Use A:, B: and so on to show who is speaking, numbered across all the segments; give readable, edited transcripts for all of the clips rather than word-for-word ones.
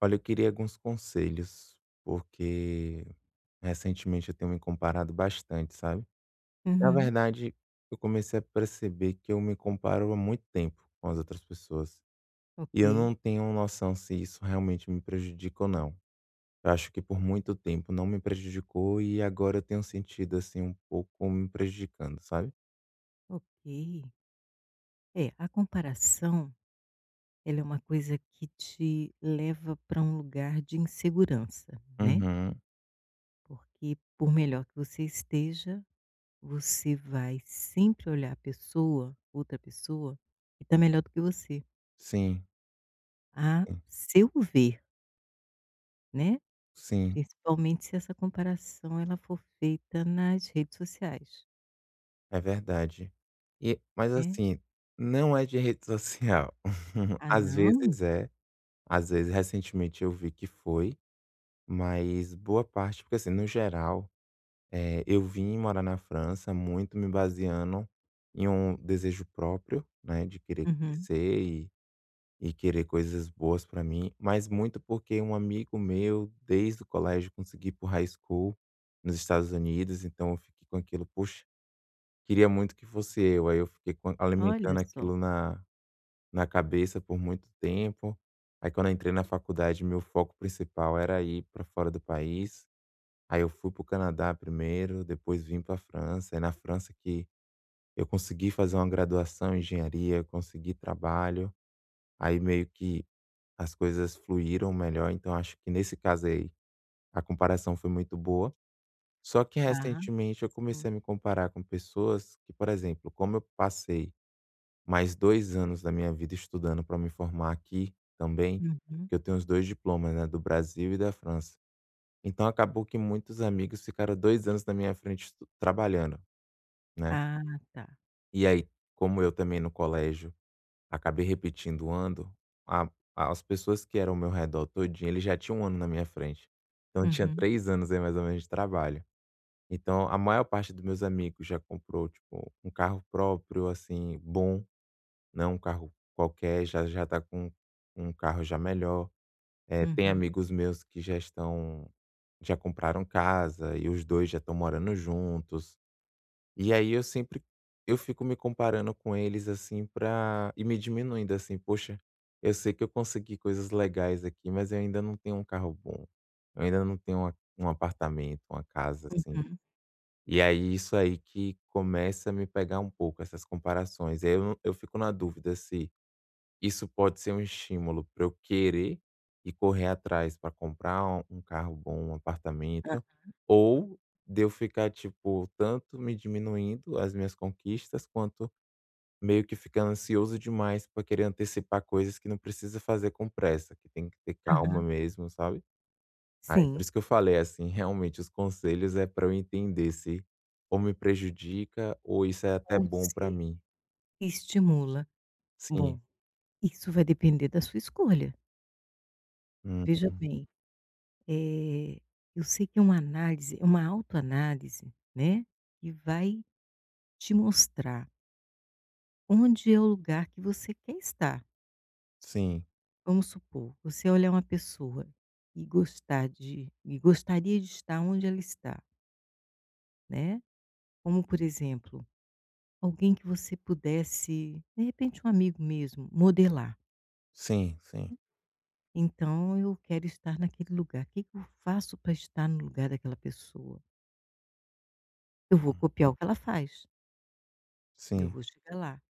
A: Olha, eu queria alguns conselhos, porque recentemente eu tenho me comparado bastante, sabe? Na
B: Uhum.
A: verdade, eu comecei a perceber que eu me comparo há muito tempo com as outras pessoas. E eu
B: Ok,
A: não tenho noção se isso realmente me prejudica ou não. Eu acho que por muito tempo não me prejudicou e agora eu tenho sentido assim um pouco me prejudicando, sabe?
B: ok. É, a comparação, ela é uma coisa que te leva para um lugar de insegurança, né?
A: Uhum.
B: Porque por melhor que você esteja, você vai sempre olhar a pessoa, outra pessoa, que está melhor do que você,
A: Sim,
B: a
A: sim,
B: seu ver, né?
A: sim,
B: Principalmente se essa comparação ela for feita nas redes sociais,
A: é verdade. E, mas
B: né?
A: assim, não é de rede social.
B: Ah,
A: Às
B: não?
A: vezes é. Às vezes, recentemente eu vi que foi, mas boa parte porque assim, no geral, eu vim morar na França muito me baseando em um desejo próprio, né, de querer
B: Uhum.
A: crescer e querer coisas boas para mim, mas muito porque um amigo meu, desde o colégio, consegui ir high school nos Estados Unidos. Então eu fiquei com aquilo: "Poxa, queria muito que fosse eu". Aí eu fiquei com
B: Olha
A: alimentando
B: só.
A: aquilo na cabeça por muito tempo. Aí quando eu entrei na faculdade, meu foco principal era ir para fora do país. Aí eu fui para o Canadá primeiro, depois vim para a França. É na França que eu consegui fazer uma graduação em engenharia, consegui trabalho. Aí meio que as coisas fluíram melhor. Então acho que nesse caso aí a comparação foi muito boa. Só que
B: Ah,
A: recentemente eu
B: sim.
A: comecei a me comparar com pessoas que, por exemplo, como eu passei mais 2 anos da minha vida estudando para me formar aqui também,
B: Uhum.
A: que eu tenho os 2 diplomas, né, do Brasil e da França. Então acabou que muitos amigos ficaram 2 anos na minha frente estu trabalhando, né.
B: Ah, tá.
A: E aí, como eu também no colégio acabei repetindo o ano, a as pessoas que eram ao meu redor todinho eles já tinham 1 ano na minha frente. Então eu tinha
B: Uhum,
A: 3 anos aí mais ou menos de trabalho. Então a maior parte dos meus amigos já comprou, tipo, um carro próprio, assim, bom. Não é um carro qualquer, já já tá com um carro já melhor. Tem
B: uhum,
A: amigos meus que já estão já compraram casa e os 2 já estão morando juntos. E aí eu sempre eu fico me comparando com eles, assim, pra e me diminuindo, assim: "Poxa, eu sei que eu consegui coisas legais aqui, mas eu ainda não tenho um carro bom. Eu ainda não tenho uma um apartamento, uma casa", assim.
B: uhum.
A: E aí isso aí que começa a me pegar um pouco, essas comparações. E aí eu fico na dúvida se isso pode ser um estímulo para eu querer e correr atrás para comprar um carro bom, um
B: Hã,
A: apartamento, ou de eu ficar, tipo, tanto me diminuindo as minhas conquistas, quanto meio que ficando ansioso demais para querer antecipar coisas que não precisa fazer com pressa, que tem que ter calma
B: aham.
A: mesmo, sabe. Aí por
B: Sim,
A: isso que eu falei, assim, realmente os conselhos é para eu entender se ou me prejudica ou isso é até
B: ou
A: bom
B: se
A: para mim.
B: estimula. Bom,
A: Sim,
B: isso vai depender da sua escolha.
A: uhum,
B: Veja bem, eh, eu sei que é uma análise é uma autoanálise, né, que vai te mostrar onde é o lugar que você quer estar.
A: sim,
B: Vamos supor, você olhar uma pessoa e gostar de e gostaria de estar onde ela está, né, como por exemplo alguém que você pudesse, de repente um amigo mesmo, modelar.
A: sim, sim,
B: Então eu quero estar naquele lugar. O que que eu faço para estar no lugar daquela pessoa? Eu vou
A: hum,
B: copiar o que ela faz, eu
A: sim.
B: vou chegar lá.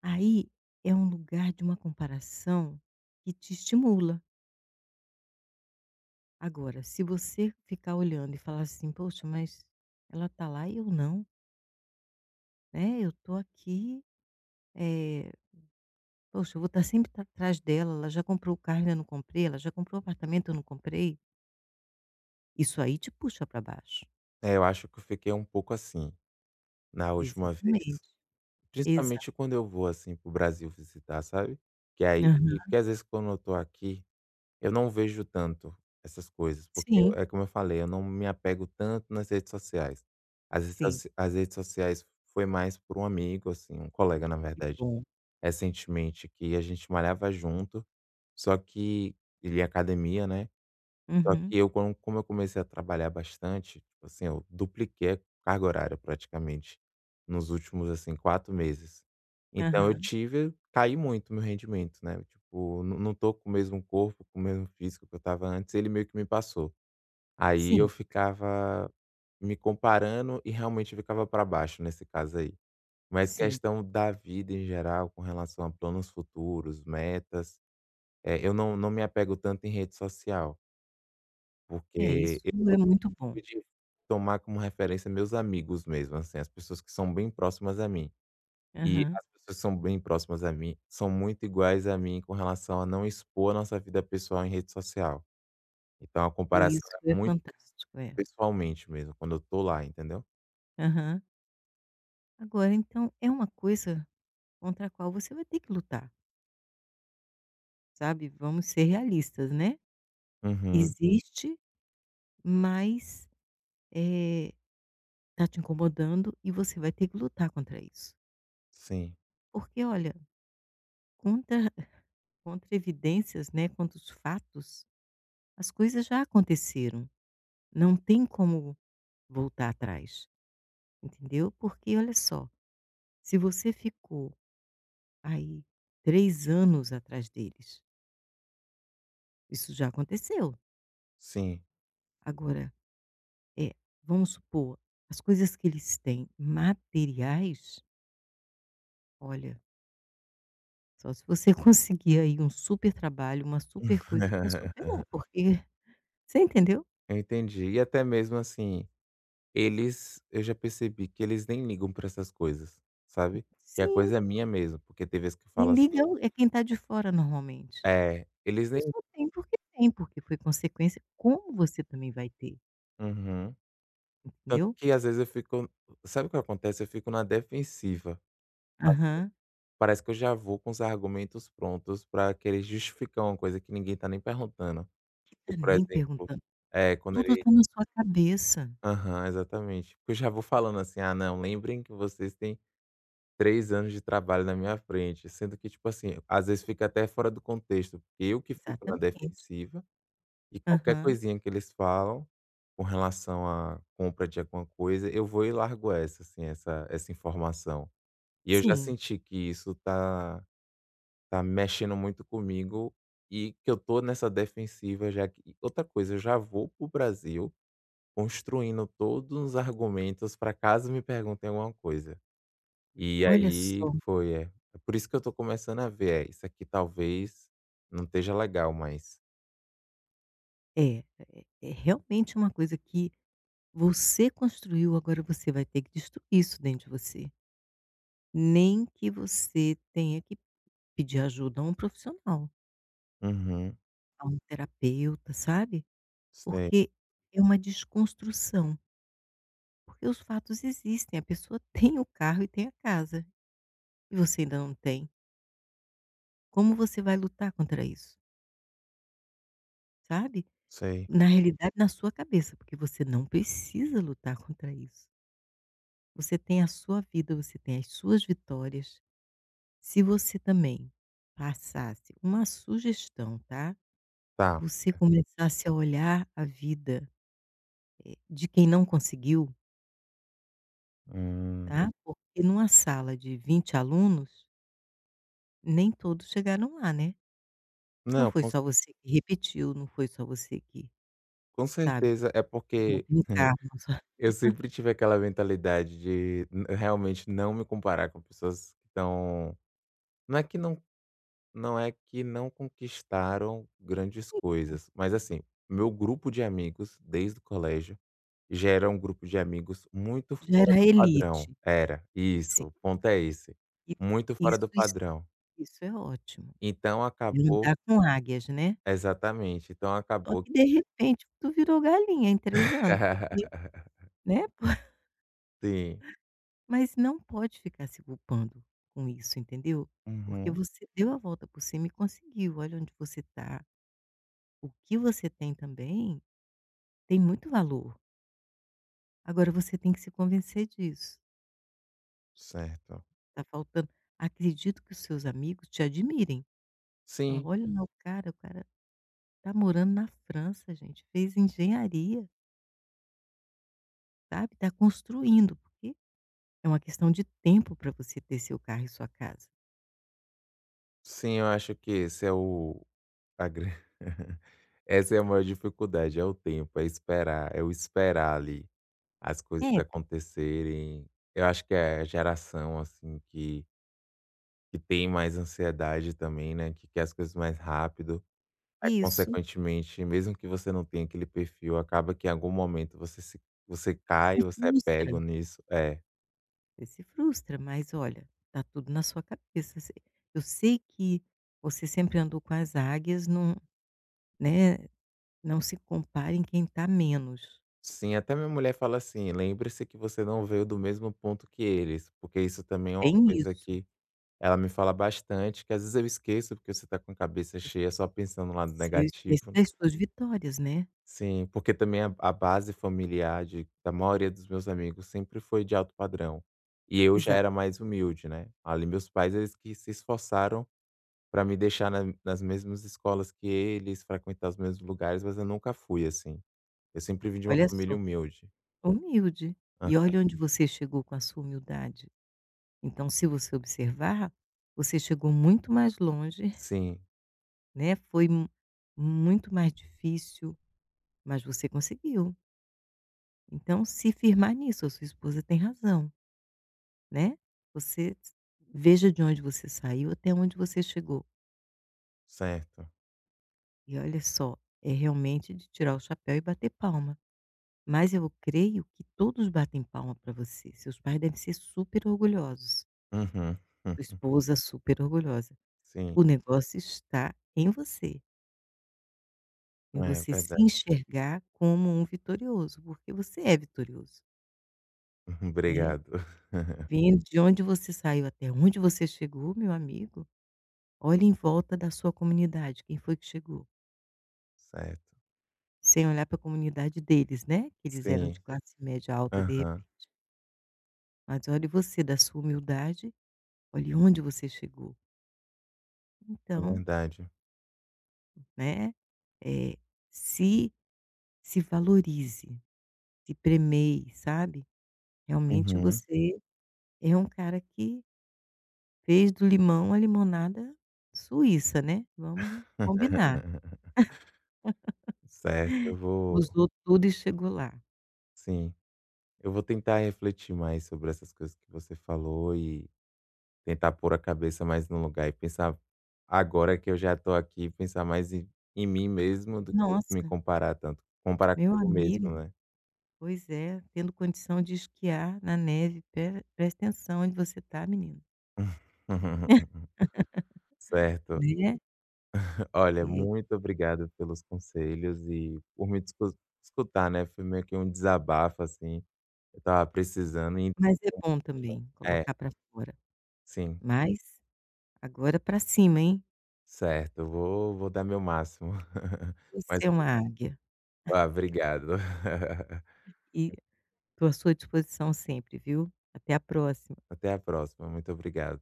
B: Aí é um lugar de uma comparação que te estimula. Agora, se você ficar olhando e falar assim: "Poxa, mas ela está lá e eu não, né, eu estou aqui, eh, poxa, eu vou estar sempre atrás dela, ela já comprou o carro e eu não comprei, ela já comprou o apartamento eu não comprei". Isso aí te puxa para baixo.
A: É, eu acho que eu fiquei um pouco assim, na última vez.
B: Exatamente. Exa
A: Principalmente quando eu vou, assim, para o Brasil visitar, sabe. Que aí
B: aham.
A: e porque às vezes quando eu tô aqui, eu não vejo tanto essas coisas, porque eu
B: Sim,
A: é como eu falei, eu não me apego tanto nas redes sociais.
B: sim.
A: As redes sociais foi mais por um amigo, assim, um colega, na
B: Que
A: verdade,
B: bom.
A: recentemente, que a gente malhava junto, só que ele é academia, né. Só que
B: Uhum.
A: eu como eu comecei a trabalhar bastante, tipo assim, eu dupliquei a carga horária praticamente nos últimos, assim, 4 meses. Então eu
B: Aham.
A: tive caí muito meu rendimento, né, tipo, não tô com o mesmo corpo, com o mesmo físico que eu estava antes, ele meio que me passou. Aí eu
B: Sim,
A: ficava me comparando e realmente ficava para baixo nesse caso aí. Mas
B: sim.
A: questão da vida em geral, com relação a planos futuros, metas, eu não me apego tanto em rede social,
B: É,
A: porque
B: isso é
A: eu
B: muito bom.
A: pude tomar como referência meus amigos mesmo, assim, as pessoas que são bem próximas a mim. E
B: Aham.
A: as pessoas que são bem próximas a mim são muito iguais a mim com relação a não expor a nossa vida pessoal em rede social. Então a
B: E
A: comparação
B: isso
A: é
B: é
A: muito
B: fantástico, é.
A: pessoalmente mesmo, quando eu tô lá, entendeu?
B: Aham. Agora então é uma coisa contra a qual você vai ter que lutar, sabe, vamos ser realistas, né.
A: Uhum.
B: Existe, mas, eh, tá te incomodando e você vai ter que lutar contra isso.
A: Sim,
B: Porque olha, contra contra evidências, né, contra os fatos. As coisas já aconteceram, não tem como voltar atrás, entendeu? Porque olha só, se você ficou aí 3 anos atrás deles, isso já aconteceu.
A: sim.
B: Agora, é, vamos supor, as coisas que eles têm materiais, olha, só se você conseguir aí um super trabalho, uma super coisa para superar, porque você entendeu?
A: Eu entendi. E até mesmo, assim, eles eu já percebi que eles nem ligam pra essas coisas, sabe? Que a
B: Sim,
A: coisa é minha mesmo, porque tem vezes que fala
B: quem liga é
A: assim
B: o é quem está de fora normalmente.
A: é,
B: A
A: eles nem
B: pessoa tem, porque foi consequência, como você também vai ter,
A: Uhum. Tanto
B: entendeu?
A: que às vezes eu fico sabe o que acontece? Eu fico na defensiva. Assim.
B: Aham.
A: Parece que eu já vou com os argumentos prontos pra querer justificar uma coisa que ninguém tá nem perguntando. E,
B: Tá
A: por
B: nem
A: exemplo
B: perguntando,
A: é, quando
B: tudo
A: ele
B: tá na sua cabeça.
A: aham, exatamente. Porque eu já vou falando assim: "Ah, não, lembrem que vocês têm 3 anos de trabalho na minha frente", sendo que, tipo assim, às vezes fica até fora do contexto, porque eu que fico na
B: Exatamente.
A: defensiva. E qualquer
B: Aham.
A: coisinha que eles falam, com relação à compra de alguma coisa, eu vou e largo essa, assim, essa informação. E eu já
B: Sim,
A: senti que isso tá tá mexendo muito comigo e que eu tô nessa defensiva já que e outra coisa, eu já vou pro Brasil construindo todos os argumentos para caso me perguntem alguma coisa. E
B: olha
A: aí
B: só,
A: foi, é. É por isso que eu tô começando a ver, é, isso aqui talvez não esteja legal mas
B: é realmente uma coisa que você construiu, agora você vai ter que destruir isso dentro de você. Nem que você tenha que pedir ajuda a um profissional,
A: Uhum.
B: a um terapeuta, sabe?
A: Sei,
B: Porque é uma desconstrução. Porque os fatos existem, a pessoa tem o carro e tem a casa, e você ainda não tem. Como você vai lutar contra isso, sabe?
A: sei.
B: Na, uhum, realidade, na sua cabeça, porque você não precisa lutar contra isso. Você tem a sua vida, você tem as suas vitórias. Se você também passasse uma sugestão, tá?
A: Tá.
B: Você começasse a olhar a vida, de quem não conseguiu,
A: Hum.
B: tá? Porque numa sala de 20 alunos, nem todos chegaram lá, né? Não
A: Não,
B: foi só você que repetiu, não foi só você que,
A: com
B: sabe,
A: certeza. É
B: que não
A: porque
B: tem carro,
A: eu sempre tive aquela mentalidade de n realmente não me comparar com pessoas que estão não é que não não é que não conquistaram grandes coisas, mas assim, meu grupo de amigos desde o colégio já era um grupo de amigos muito
B: já
A: fora
B: era
A: do padrão.
B: elite,
A: Era, isso,
B: assim,
A: o ponto é esse.
B: e
A: Muito fora
B: isso
A: do
B: isso
A: padrão.
B: isso é ótimo.
A: Então
B: E
A: acabou
B: andar com águias, né.
A: exatamente. Então
B: Só
A: acabou
B: que de
A: que
B: repente tu virou galinha em 3 anos, porque, né,
A: sim.
B: mas não pode ficar se culpando com isso, entendeu. Porque
A: Uhum.
B: você deu a volta por cima e conseguiu, olha onde você está. O que você tem também tem muito valor, agora você tem que se convencer disso.
A: Certo.
B: Tá faltando, acredito que os seus amigos te admirem. Fala:
A: Sim,
B: "Olha lá, o cara tá morando na França, gente, fez engenharia, sabe, tá construindo", porque é uma questão de tempo para você ter seu carro e sua casa.
A: sim, eu acho que esse é o a gran essa é a maior dificuldade, é o tempo, é esperar, é o esperar ali as coisas
B: É, porque
A: acontecerem. Eu acho que é a geração, assim, que tem mais ansiedade também, né, que quer as coisas mais rápido. Aí,
B: isso
A: consequentemente, mesmo que você não tenha aquele perfil, acaba que em algum momento você se você
B: se
A: cai, você é
B: frustra,
A: pego nisso. É.
B: você se frustra, mas olha, tá tudo na sua cabeça. Se eu sei que você sempre andou com as águias, não, né, não se compare em quem tá menos.
A: Sim, até minha mulher fala assim: "Lembre-se que você não veio do mesmo ponto que eles", porque isso também é uma
B: Tem
A: coisa
B: isso.
A: que ela me fala bastante, que às vezes eu esqueço, porque você tá com a cabeça cheia só pensando no lado
B: Você esquece
A: negativo.
B: das suas vitórias, né.
A: Sim, porque também a base familiar de da maioria dos meus amigos sempre foi de alto padrão, e eu já
B: Exato.
A: era mais humilde, né. Ali meus pais, eles que se esforçaram para me deixar na nas mesmas escolas que eles, frequentar os mesmos lugares, mas eu nunca fui assim. Eu sempre vim de uma
B: Olha
A: família
B: só,
A: humilde.
B: humilde.
A: Hã.
B: E olha onde você chegou com a sua humildade. Então se você observar, você chegou muito mais longe,
A: Sim.
B: né, foi mu muito mais difícil, mas você conseguiu. Então se firmar nisso, a sua esposa tem razão, né. Você veja de onde você saiu até onde você chegou.
A: Certo.
B: E olha só, é realmente de tirar o chapéu e bater palma. Mas eu creio que todos batem palma para você, seus pais devem ser super orgulhosos.
A: Uhum.
B: Esposa super orgulhosa.
A: Sim,
B: O negócio está em
A: é
B: você se
A: verdade.
B: enxergar como um vitorioso, porque você é vitorioso, né.
A: Obrigado.
B: Vendo de onde você saiu até onde você chegou, meu amigo, olhe em volta da sua comunidade, quem foi que chegou?
A: Certo.
B: Sem olhar para a comunidade deles, né, que eles eram de
A: Sim.
B: classe média alta de
A: Aham,
B: repente. Mas olhe você, da sua humildade, olhe onde você chegou.
A: é
B: Então,
A: verdade.
B: né, eh, se se valorize. Se premei, sabe. Realmente
A: Uhum.
B: você é um cara que fez do limão a limonada suíça, né, vamos combinar.
A: Certo, eu vou
B: Usou tudo e chegou lá.
A: sim, eu vou tentar refletir mais sobre essas coisas que você falou e tentar pôr a cabeça mais no lugar e pensar agora que eu já tô aqui, pensar mais em mim mesmo do que me
B: Nossa,
A: comparar tanto, comparar
B: meu
A: comigo mesmo,
B: amigo,
A: né.
B: pois é, tendo condição de esquiar na neve, presta atenção onde você está menino,
A: Certo.
B: né.
A: Olha,
B: É,
A: muito obrigado pelos conselhos e por me discu escutar, né, foi meio que um desabafo, assim, eu tava precisando e
B: mas é bom também
A: É,
B: colocar para fora,
A: sim,
B: mas agora para cima, hein.
A: certo, eu vou dar meu máximo. Mas,
B: Você é uma águia
A: ah, obrigado.
B: e estou à sua disposição sempre, viu. Até a próxima.
A: Até a próxima, muito obrigado.